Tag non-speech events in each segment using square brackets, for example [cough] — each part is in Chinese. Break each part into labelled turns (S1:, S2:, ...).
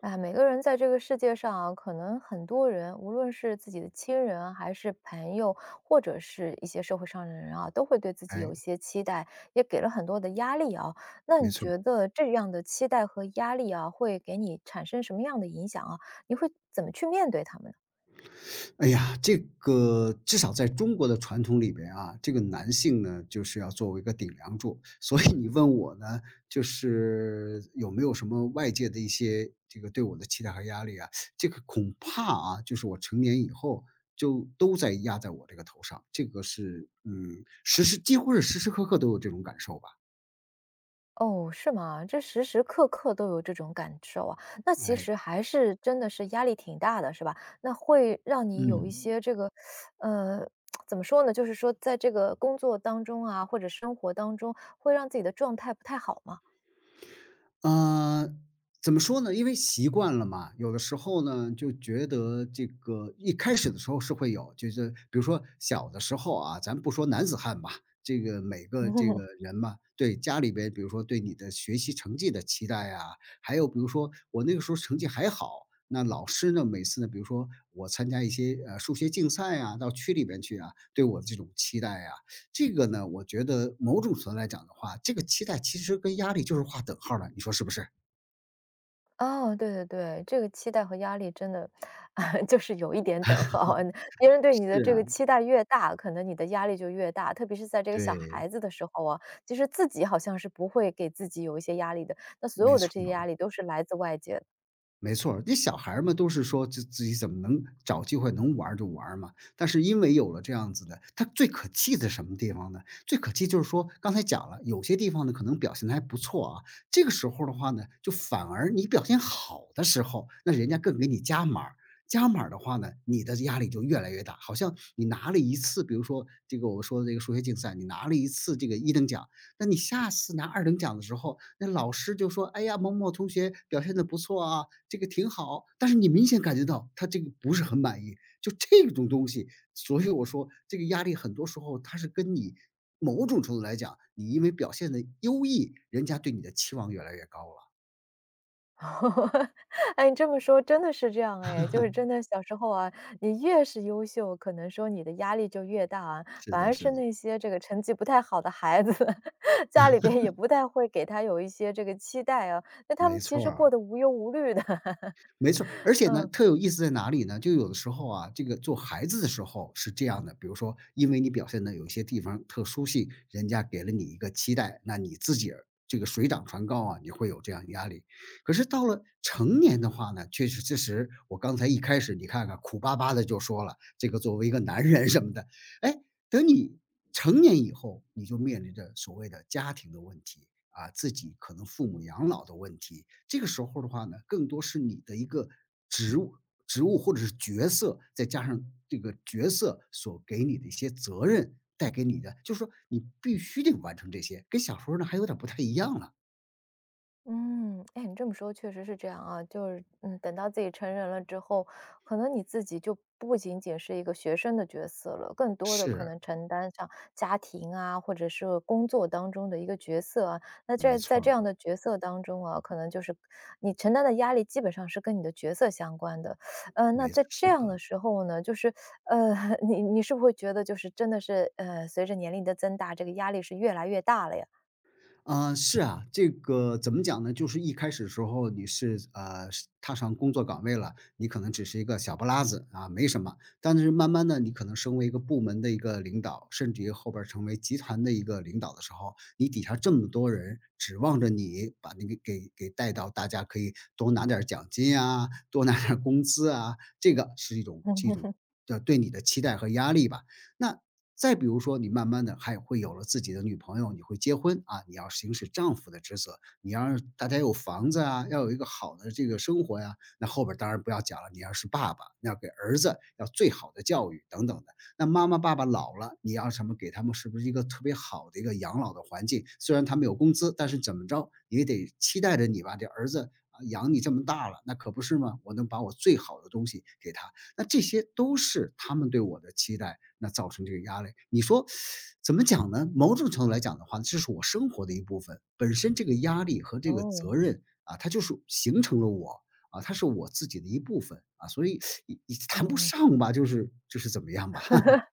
S1: 哎，每个人在这个世界上啊，可能很多人，无论是自己的亲人啊还是朋友，或者是一些社会上的人啊，都会对自己
S2: 哎，
S1: 有一些期待，也给了很多的压力啊。那
S2: 没
S1: 你
S2: 错。
S1: 觉得这样的期待和压力啊，会给你产生什么样的影响啊？你会怎么去面对他们呢？
S2: 哎呀，这个至少在中国的传统里边啊，这个男性呢，就是要作为一个顶梁柱。所以你问我呢，就是有没有什么外界的一些这个对我的期待和压力啊？这个恐怕啊，就是我成年以后就都在压在我这个头上，这个是时时几乎是时时刻刻都有这种感受吧。
S1: 哦，是吗？这时时刻刻都有这种感受啊，那其
S2: 哎，
S1: 实还是真的是压力挺大的，是吧？那会让你有一
S2: 嗯。
S1: 些呃，怎么说呢？就是说在这个工作当中啊，或者生活当中，会让自己的状态不太好吗？
S2: 呃，怎么说呢？因为习惯了嘛，有的时候呢，就觉得这个一开始的时候是会有，就是比如说小的时候啊，咱不说男子汉吧，这个每个这个
S1: [laughs]
S2: 人嘛，对家里边，比如说对你的学习成绩的期待啊，还有比如说我那个时候成绩还好，那老师呢，每次呢，比如说我参加一些数学竞赛啊，到区里边去啊，对我的这种期待啊，这个呢，我觉得某种程度来讲的话，这个期待其实跟压力就是画等号的，你说是不是？
S1: 哦，对对对，这个期待和压力真的，[laughs] 就是有一点等号。[laughs] 嗯别人对你的
S2: 是
S1: 这
S2: 啊，
S1: 个期待越大，可能你的压力就越大。特别是在这个小孩
S2: 对，
S1: 子的时候啊，其实自己好像是不会给自己有一些压力的，那所
S2: 没
S1: 有的
S2: 错
S1: 这些
S2: 儿
S1: 压力都是来自外界的。
S2: 没错儿，这小孩们都是说自己怎么能找机会能玩儿就玩儿嘛。但是因为有了这样子的，他最可气的什么地方呢？最可气就是说，刚才讲了，有些地方呢可能表现的还不错啊，这个时候的话呢，就反而你表现好的时候，那人家更给你加码儿加码儿的话呢，你的压力就越来越大，好像你拿了一次，比如说这个我说的这个数学竞赛，你拿了一次这个一等奖，那你下次拿二等奖的时候，那老师就说：“哎呀，某某同学表现的不错啊，这个挺好。”但是你明显感觉到他这个不是很满意，就这种东西，所以我说这个压力很多时候它是跟你某种程度来讲，你因为表现的优异，人家对你的期望越来越高了。
S1: [laughs] 哎，你这么说真的是这样哎，就是真的小时候啊，你越是优秀，可能说你的压力就越大啊，
S2: 是
S1: 反
S2: 的，
S1: 而是
S2: 是的，
S1: 那些这个成绩不太好的孩子，[laughs] 家里边也不太会给他有一些这个期待啊，那他们
S2: 没
S1: 其
S2: 错
S1: 实过
S2: 儿。
S1: 得无忧无虑的，[laughs]
S2: 没错而且呢，
S1: 嗯。
S2: 特有意思在哪里呢？就有的时候啊，这个做孩子的时候是这样的，比如说，因为你表现的有些地方特殊性，人家给了你一个期待，那你自己这个水涨船高啊，你会有这样压力。可是到了成年的话呢，确实，确实，我刚才一开始你看看苦巴巴的就说了，这个作为一个男人什么的，哎，等你成年以后，你就面临着所谓的家庭的问题，啊，自己可能父母养老的问题。这个时候的话呢，更多是你的一个职务职务或者是角色，再加上这个角色所给你的一些责任带给你的，就是说你必须得完成这些，跟小时候呢还有点不太一样了。
S1: 嗯，哎，你这么说确实是这样啊，就是，嗯，等到自己成人了之后，可能你自己就不仅仅是一个学生的角色了，更多的可
S2: 是，
S1: 能承担上家庭啊，或者是工作当中的一个角色啊。那
S2: 没
S1: 这在
S2: 错
S1: 这样
S2: 儿，
S1: 的角色当中啊，可能就是你承担的压力基本上是跟你的角色相关的。那
S2: 没
S1: 在这
S2: 是
S1: 样的
S2: 的。
S1: 时候呢，呃，[laughs] 你是不是会觉得就是真的是，随着年龄的增大，这个压力是越来越大了呀？
S2: 啊，是啊，这个怎么讲呢？就是一开始时候你是是踏上工作岗位了，你可能只是一个小不拉子啊，没什么。但是慢慢的，你可能升为一个部门的一个领导，甚至于后边儿成为集团的一个领导的时候，你底下这么多人指望着你把那个给带到，大家可以多拿点儿奖金啊，多拿点儿工资啊，这个是一种这种
S1: [laughs]
S2: 的对你的期待和压力吧。那再比如说，你慢慢的还会有了自己的女朋友，你会结婚啊，你要行使丈夫的职责，你要是大家有房子啊，要有一个好的这个生活呀、那后边当然不要讲了，你要是爸爸，你要给儿子要最好的教育等等的。那妈妈爸爸老了，你要什么给他们是不是一个特别好的一个养老的环境？虽然他们有工资，但是怎么着也得期待着你吧，这儿子。啊，养你这么大了，那可不是吗？我能把我最好的东西给他，那这些都是他们对我的期待。那造成这个压力。你说怎么讲呢？某种程度来讲的话，这是我生活的一部分，本身这个压力和这个
S1: 哦，
S2: 责任啊，它就是形成了我啊，它是我自己的一部分啊，所以也谈不
S1: 嗯。
S2: 上吧，就是怎么样吧，[laughs]
S1: [laughs]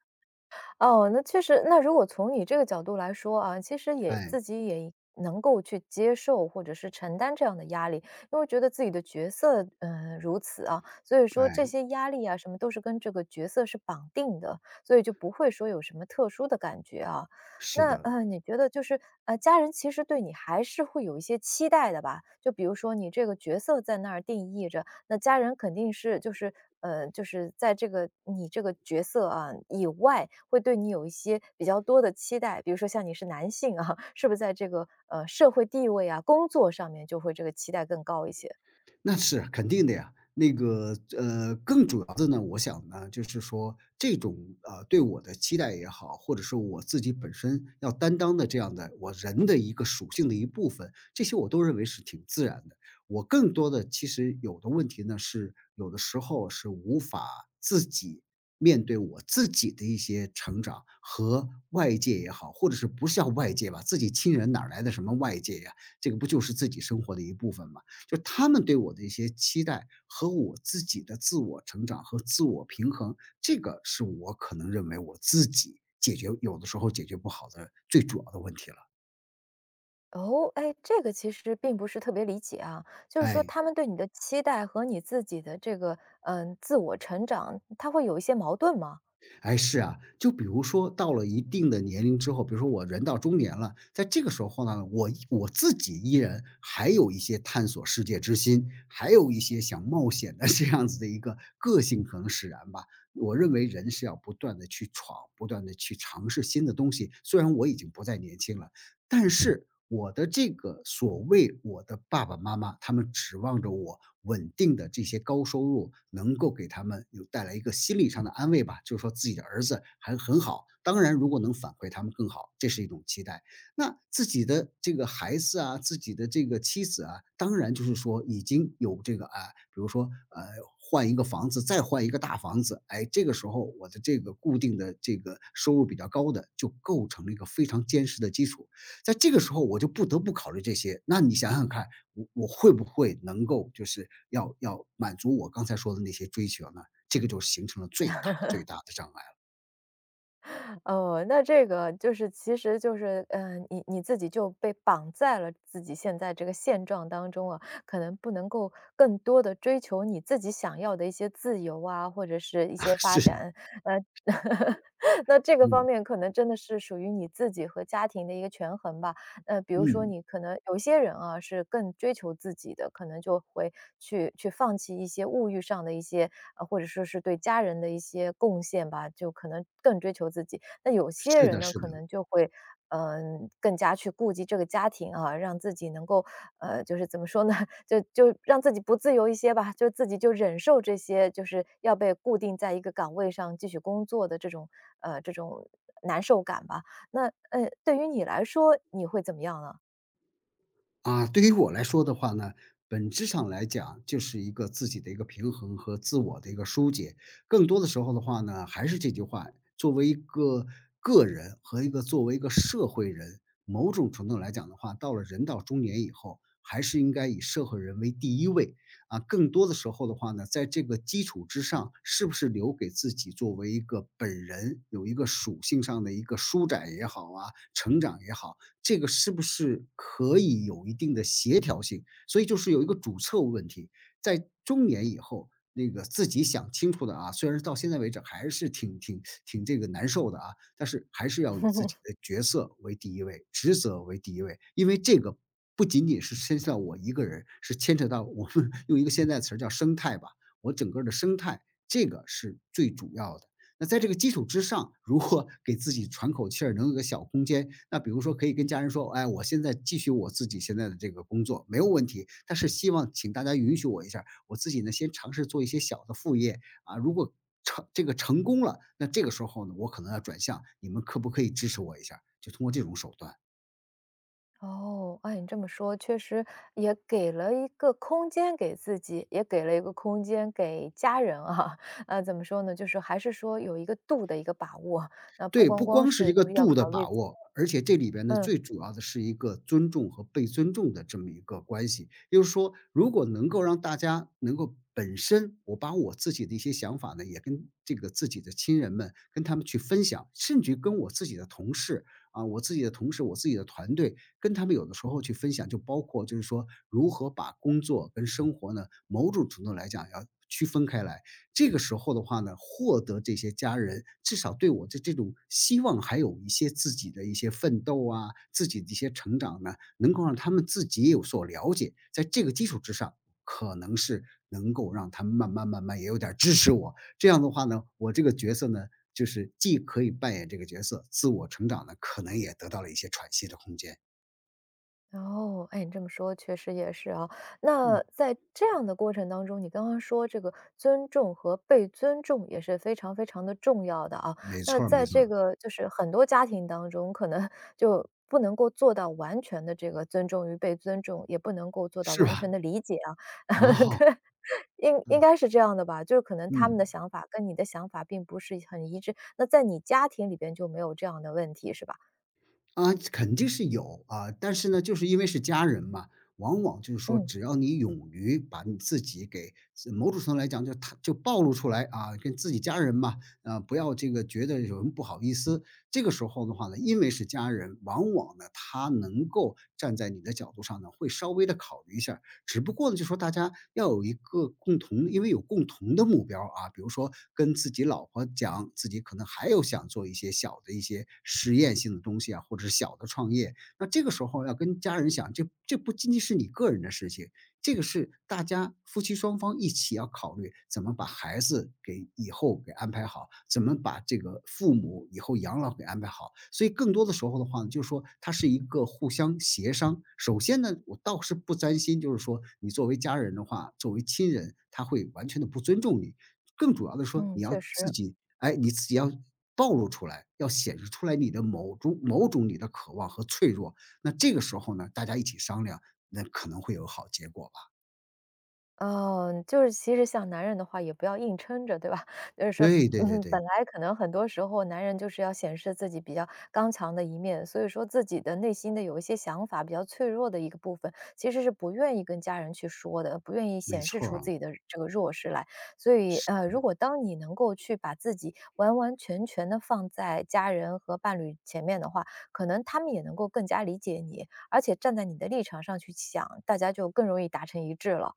S1: 哦，那确实那如果从你这个角度来说啊，其实也
S2: 哎
S1: 自己也能够去接受或者是承担这样的压力，因为觉得自己的角色，嗯如此啊，所以说
S2: 哎，
S1: 这些压力啊，什么都是跟这个角色是绑定的，所以就不会说有什么特殊的感觉啊。
S2: 是
S1: 那，
S2: 的。
S1: 你觉得就是，家人其实对你还是会有一些期待的吧？就比如说你这个角色在那儿定义着，那家人肯定是就是就是在这个你这个角色啊以外，会对你有一些比较多的期待。比如说像你是男性啊，[laughs] 是不是在这个社会地位啊、工作上面就会这个期待更高一些？
S2: 那是肯定的呀。那个，更主要的呢，我想呢，就是说这种，对我的期待也好，或者是我自己本身要担当的这样的我人的一个属性的一部分，这些我都认为是挺自然的。我更多的其实有的问题呢，是有的时候是无法自己面对我自己的一些成长和外界也好，或者是不是叫外界吧，自己亲人哪儿来的什么外界呀？这个不就是自己生活的一部分吗？就他们对我的一些期待和我自己的自我成长和自我平衡，这个是我可能认为我自己解决有的时候解决不好的最主要的问题了，
S1: 哦，哎，这个其实并不是特别理解啊，就是说
S2: 哎。
S1: 他们对你的期待和你自己的这个自我成长，它会有一些矛盾吗？
S2: 哎，是啊，就比如说到了一定的年龄之后，比如说我人到中年了，在这个时候呢，我自己依然还有一些探索世界之心，还有一些想冒险的 [laughs] 这样子的一个个性可能使然吧。我认为人是要不断的去闯，不断的去尝试新的东西，虽然我已经不再年轻了。但是我的这个所谓我的爸爸妈妈，他们指望着我稳定的这些高收入能够给他们有带来一个心理上的安慰吧，就是说自己的儿子还很好，当然如果能反馈他们更好，这是一种期待。那自己的这个孩子啊，自己的这个妻子啊，当然就是说已经有这个啊，比如说换一个房子，再换一个大房子，哎，这个时候我的这个固定的这个收入比较高的，就构成了一个非常坚实的基础。在这个时候，我就不得不考虑这些。那你想想看，我会不会能够就是要满足我刚才说的那些追求呢？这个就形成了最大最大的障碍了。
S1: 哦，那这个就是其实就是，嗯，你自己就被绑在了自己现在这个现状当中啊，可能不能够更多的追求你自己想要的一些自由啊，或者是一些
S2: [laughs]
S1: 发
S2: 是，
S1: 展。呃，[laughs] 那这个方
S2: 嗯
S1: 面可能真的是属于你自己和家庭的一个权衡吧。比如说
S2: 嗯,
S1: 你可能有些人啊，是更追求自己的，可能就会去放弃一些物欲上的一些，或者说是对家人的一些贡献吧，就可能更追求自己。那有些
S2: 是
S1: 人
S2: 的，
S1: 呢，
S2: 是
S1: 可
S2: 的。
S1: 能就会，嗯、更加去顾及这个家庭啊，让自己能够，怎么说呢，[laughs] 就让自己不自由一些吧，就自己就忍受这些，就是要被固定在一个岗位上继续工作的这种，这种难受感吧。那，对于你来说，你会怎么样呢？
S2: 啊，对于我来说的话呢，本质上来讲就是一个自己的一个平衡和自我的一个疏解。更多的时候的话呢，还是这句话，作为一个个人和一个作为一个社会人，某种程度来讲的话，到了人到中年以后，还是应该以社会人为第一位。啊，更多的时候的话呢，在这个基础之上，是不是留给自己作为一个本人有一个属性上的一个舒展也好啊，成长也好，这个是不是可以有一定的协调性？所以就是有一个主策问题，在中年以后，那个自己想清楚的啊，虽然到现在为止还是挺这个难受的啊，但是还是要以自己的角色为第一位，职责为第一位，因为这个不仅仅是牵涉到我一个人，是牵扯到我们 [laughs] 用一个现代词儿叫生态吧，我整个的生态，这个是最主要的。那在这个基础之上，如果给自己喘口气儿，能有个小空间，那比如说可以跟家人说，哎，我现在继续我自己现在的这个工作没有问题，但是希望请大家允许我一下，我自己呢先尝试做一些小的副业啊，如果成功了，那这个时候呢，我可能要转向，你们可不可以支持我一下，就通过这种手段。
S1: 哦，哎，你这么说，确实也给了一个空间给自己，也给了一个空间给家人啊。[laughs] 怎么说呢，就是还是说有一个度的一个把握，那不
S2: 对，
S1: 光
S2: 不
S1: 光
S2: 光是
S1: 是
S2: 一个
S1: 就要
S2: 度的
S1: 考虑
S2: 把握，而且这里边呢，
S1: 嗯。
S2: 最主要的是一个尊重和被尊重的这么一个关系。也就是说，如果能够让大家能够本身，我把我自己的一些想法呢，也跟这个自己的亲人们，跟他们去分享，甚至于跟我自己的同事啊，我自己的同事，我自己的团队，跟他们有的时候去分享，就包括就是说如何把工作跟生活呢，某种程度来讲要区分开来。这个时候的话呢，获得这些家人，至少对我的这种希望，还有一些自己的一些奋斗啊，自己的一些成长呢，能够让他们自己也有所了解。在这个基础之上，可能是能够让他们慢慢也有点儿支持我。这样的话呢，我这个角色呢，就是既可以扮演这个角色，自我成长呢，可能也得到了一些喘息的空间。
S1: 哦，哎，你这么说确实也是啊。
S2: 嗯，
S1: 那在这样的过程当中，你刚刚说这个尊重和被尊重也是非常非常的重要的啊。
S2: 没
S1: 那
S2: 错儿没
S1: 在
S2: 错
S1: 这
S2: 儿，
S1: 个就是很多家庭当中，可能 [laughs] 就不能够做到完全的这个尊重与被尊重，也不能够做到
S2: 是
S1: 完
S2: 吧？
S1: 全的理解啊。[laughs]
S2: 哦，
S1: 对，应应
S2: 嗯
S1: 该是这样的吧？就是可能他们的
S2: 嗯。
S1: 想法跟你的想法并不是很一致。那在你家庭里边就没有这样的问题，是吧？
S2: 啊，肯定是有啊，但是呢，就是因为是家人嘛，往往就是说，
S1: 嗯
S2: 只要你勇于把你自己给自某种程度来讲，就他就暴露出来啊，跟自己家人嘛，啊，不要这个觉得有什么不好意思。这个时候的话呢，因为是家人，往往呢，他能够站在你的角度上呢，会稍微的考虑一下，只不过呢，就说大家要有一个共同，因为有共同的目标啊，比如说跟自己老婆讲，自己可能还有想做一些小的一些实验性的东西啊，或者是小的创业。那这个时候要跟家人想，这不仅仅是你个人的事情，这个是大家夫妻双方一起要考虑怎么把孩子给以后给安排好，怎么把这个父母以后养老给安排好。所以更多的时候的话呢，就是说它是一个互相协商。首先呢，我倒是不担心，就是说你作为家人的话，作为亲人，他会完全的不尊重你。更主要的说，
S1: 嗯，
S2: 你
S1: 确
S2: 要
S1: 实。
S2: 自己，哎，你自己要暴露出来，要显示出来你的某种你的渴望和脆弱。那这个时候呢，大家一起商量。那可能会有好结果吧。
S1: 嗯，就是其实像男人的话，也不要硬撑着，对吧？[laughs] 就是说，
S2: 对对对
S1: 嗯，本
S2: 对，
S1: 来可能很多时候男人就是要显示自己比较刚强的一面，所以说自己的内心的有一些想法比较脆弱的一个部分，其实是不愿意跟家人去说的，不愿意
S2: 没
S1: 显示
S2: 错儿
S1: 出
S2: 啊，
S1: 自己的这个弱势来。所以，
S2: 是
S1: 如
S2: 的。
S1: 果当你能够去把自己完完全全的放在家人和伴侣前面的话，可能他们也能够更加理解你，而且站在你的立场上去想，大家就更容易达成一致了。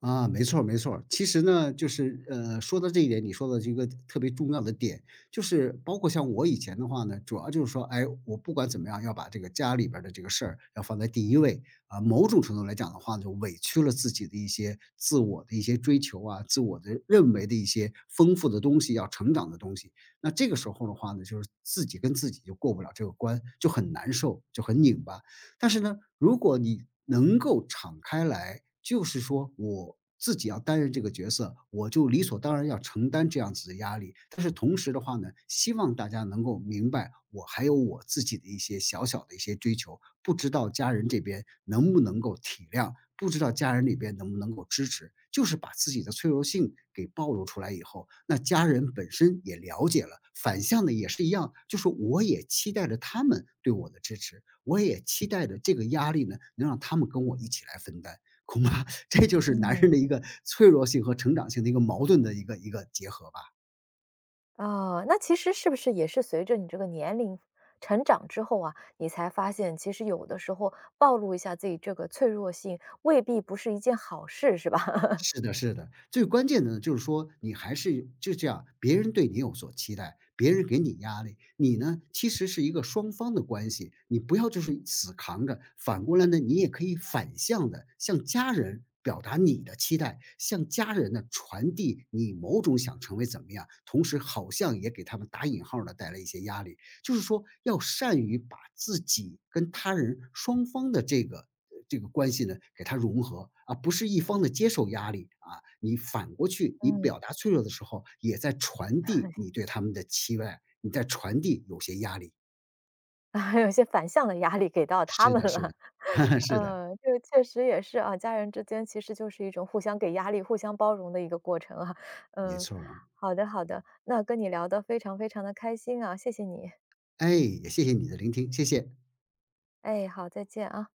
S2: 啊，没错儿没错儿。其实呢，就是说到这一点，你说的这个特别重要的点，就是包括像我以前的话呢，主要就是说，哎，我不管怎么样，要把这个家里边儿的这个事儿要放在第一位啊、某种程度来讲的话呢，就委屈了自己的一些自我的一些追求啊，自我的认为的一些丰富的东西，要成长的东西。那这个时候的话呢，就是自己跟自己就过不了这个关，就很难受，就很拧巴。但是呢，如果你能够敞开来，就是说我自己要担任这个角色，我就理所当然要承担这样子的压力。但是同时的话呢，希望大家能够明白，我还有我自己的一些小小的一些追求，不知道家人这边能不能够体谅，不知道家人里边能不能够支持，就是把自己的脆弱性给暴露出来以后，那家人本身也了解了，反向的也是一样，就是我也期待着他们对我的支持，我也期待着这个压力呢，能让他们跟我一起来分担。恐怕 [laughs] 这就是男
S1: 嗯，
S2: 人的一个脆弱性和成长性的一个矛盾的一个结合吧。
S1: 啊，那其实是不是也是随着你这个年龄成长之后啊，你才发现其实有的时候暴露一下自己这个脆弱性，未必不是一件好事，是吧？[laughs]
S2: 是的，是的，最关键的呢，就是说你还是就这样，别人对你有所期待，别人给你压力，你呢其实是一个双方的关系，你不要就是死扛着，反过来呢，你也可以反向的向家人表达你的期待，向家人呢传递你某种想成为怎么样，同时好像也给他们打引号的带来一些压力。就是说要善于把自己跟他人双方的这个关系呢，给它融合啊，而不是一方的接受压力啊。你反过去，你
S1: 嗯。
S2: 表达脆弱的时候，也在传递你对他们的期待，你在传递有些压力。
S1: 啊有些反向的压力给到他
S2: 是
S1: 们
S2: 的，是
S1: 了。
S2: 的，
S1: [laughs]
S2: [laughs] 是的，
S1: 这个确实也是啊，家人之间其实就是一种互相给压力、互相包容的一个过程啊。
S2: 没
S1: 嗯，
S2: 错儿啊。
S1: 好的好的，那跟你聊的非常非常的开心啊，谢谢你。
S2: 哎，也谢谢你的聆听，谢谢。
S1: 哎，好，再见啊。